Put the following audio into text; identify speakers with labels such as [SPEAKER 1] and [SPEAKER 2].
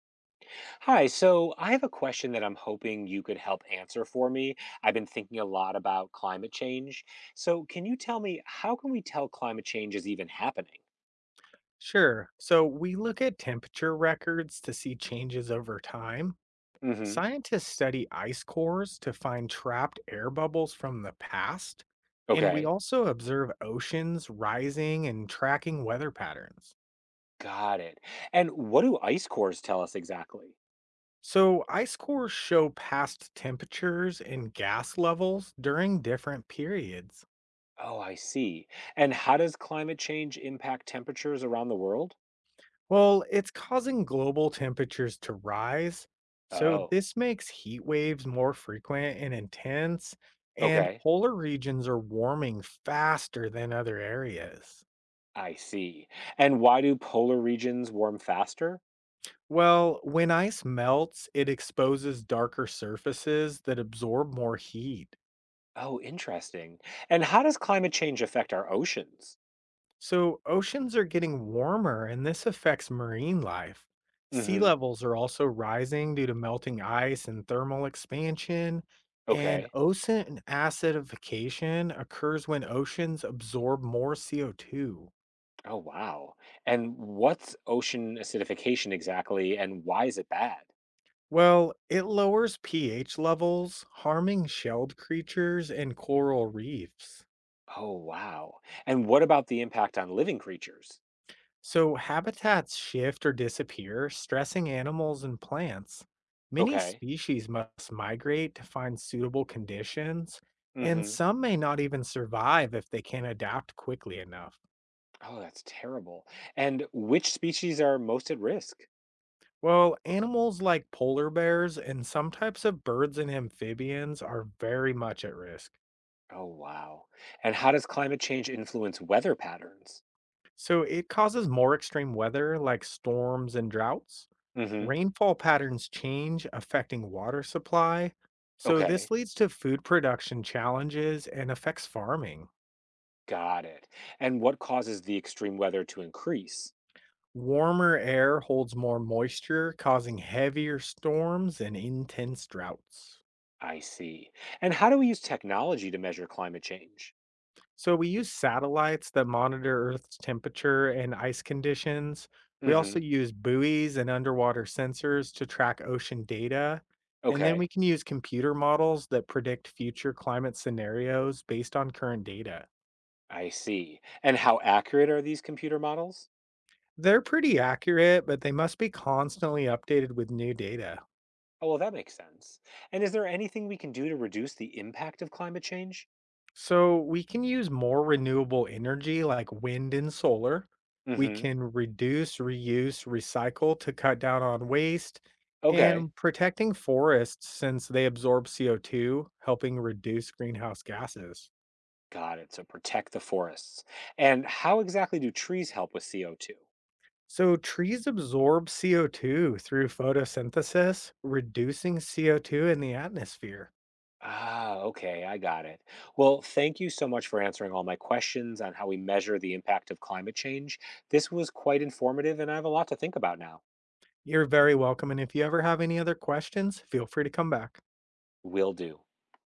[SPEAKER 1] Hi, so I have a question that I'm hoping you could help answer for me. I've been thinking a lot about climate change. So, can you tell me how can we tell climate change is even happening?
[SPEAKER 2] Sure. So we look at temperature records to see changes over time.
[SPEAKER 1] Mhm.
[SPEAKER 2] Scientists study ice cores to find trapped air bubbles from the past. And we
[SPEAKER 1] Okay.
[SPEAKER 2] also observe oceans rising and tracking weather patterns.
[SPEAKER 1] Got it. And what do ice cores tell us exactly?
[SPEAKER 2] So ice cores show past temperatures and gas levels during different periods.
[SPEAKER 1] Oh, I see. And how does climate change impact temperatures around the world?
[SPEAKER 2] Well, it's causing global temperatures to rise. So,
[SPEAKER 1] Oh.
[SPEAKER 2] this makes heat waves more frequent and intense, and
[SPEAKER 1] Okay.
[SPEAKER 2] polar regions are warming faster than other areas.
[SPEAKER 1] I see. And why do polar regions warm faster?
[SPEAKER 2] Well, when ice melts, it exposes darker surfaces that absorb more heat.
[SPEAKER 1] Oh, interesting. And how does climate change affect our oceans?
[SPEAKER 2] So, oceans are getting warmer, and this affects marine life. Sea
[SPEAKER 1] Mhm.
[SPEAKER 2] levels are also rising due to melting ice and thermal expansion. And
[SPEAKER 1] Okay.
[SPEAKER 2] ocean acidification occurs when oceans absorb more CO2.
[SPEAKER 1] Oh, wow. And what's ocean acidification exactly, and why is it bad?
[SPEAKER 2] Well, it lowers pH levels, harming shelled creatures and coral reefs.
[SPEAKER 1] Oh, wow. And what about the impact on living creatures?
[SPEAKER 2] So habitats shift or disappear, stressing animals and plants. Many
[SPEAKER 1] Okay.
[SPEAKER 2] species must migrate to find suitable conditions, and
[SPEAKER 1] Mm-hmm.
[SPEAKER 2] some may not even survive if they can't adapt quickly enough.
[SPEAKER 1] Oh, that's terrible. And which species are most at risk?
[SPEAKER 2] Well, animals like polar bears and some types of birds and amphibians are very much at risk.
[SPEAKER 1] Oh, wow. And how does climate change influence weather patterns?
[SPEAKER 2] So it causes more extreme weather like storms and droughts.
[SPEAKER 1] Mm-hmm.
[SPEAKER 2] Rainfall patterns change, affecting water supply. So this
[SPEAKER 1] Okay.
[SPEAKER 2] leads to food production challenges and affects farming.
[SPEAKER 1] Got it. And what causes the extreme weather to increase?
[SPEAKER 2] Warmer air holds more moisture, causing heavier storms and intense droughts.
[SPEAKER 1] I see. And how do we use technology to measure climate change?
[SPEAKER 2] So we use satellites that monitor Earth's temperature and ice conditions. We also
[SPEAKER 1] Mm-hmm.
[SPEAKER 2] use buoys and underwater sensors to track ocean data. And then we
[SPEAKER 1] Okay.
[SPEAKER 2] can use computer models that predict future climate scenarios based on current data.
[SPEAKER 1] I see. And how accurate are these computer models?
[SPEAKER 2] They're pretty accurate, but they must be constantly updated with new data.
[SPEAKER 1] Oh, well, that makes sense. And is there anything we can do to reduce the impact of climate change?
[SPEAKER 2] So we can use more renewable energy like wind and solar. We
[SPEAKER 1] Mm-hmm.
[SPEAKER 2] can reduce, reuse, recycle to cut down on waste
[SPEAKER 1] Okay.
[SPEAKER 2] and protecting forests since they absorb CO2, helping reduce greenhouse gases.
[SPEAKER 1] Got it. So protect the forests. And how exactly do trees help with CO2?
[SPEAKER 2] So trees absorb CO2 through photosynthesis, reducing CO2 in the atmosphere.
[SPEAKER 1] Ah, okay. I got it. Well, thank you so much for answering all my questions on how we measure the impact of climate change. This was quite informative, and I have a lot to think about now.
[SPEAKER 2] You're very welcome. And if you ever have any other questions, feel free to come back.
[SPEAKER 1] Will do.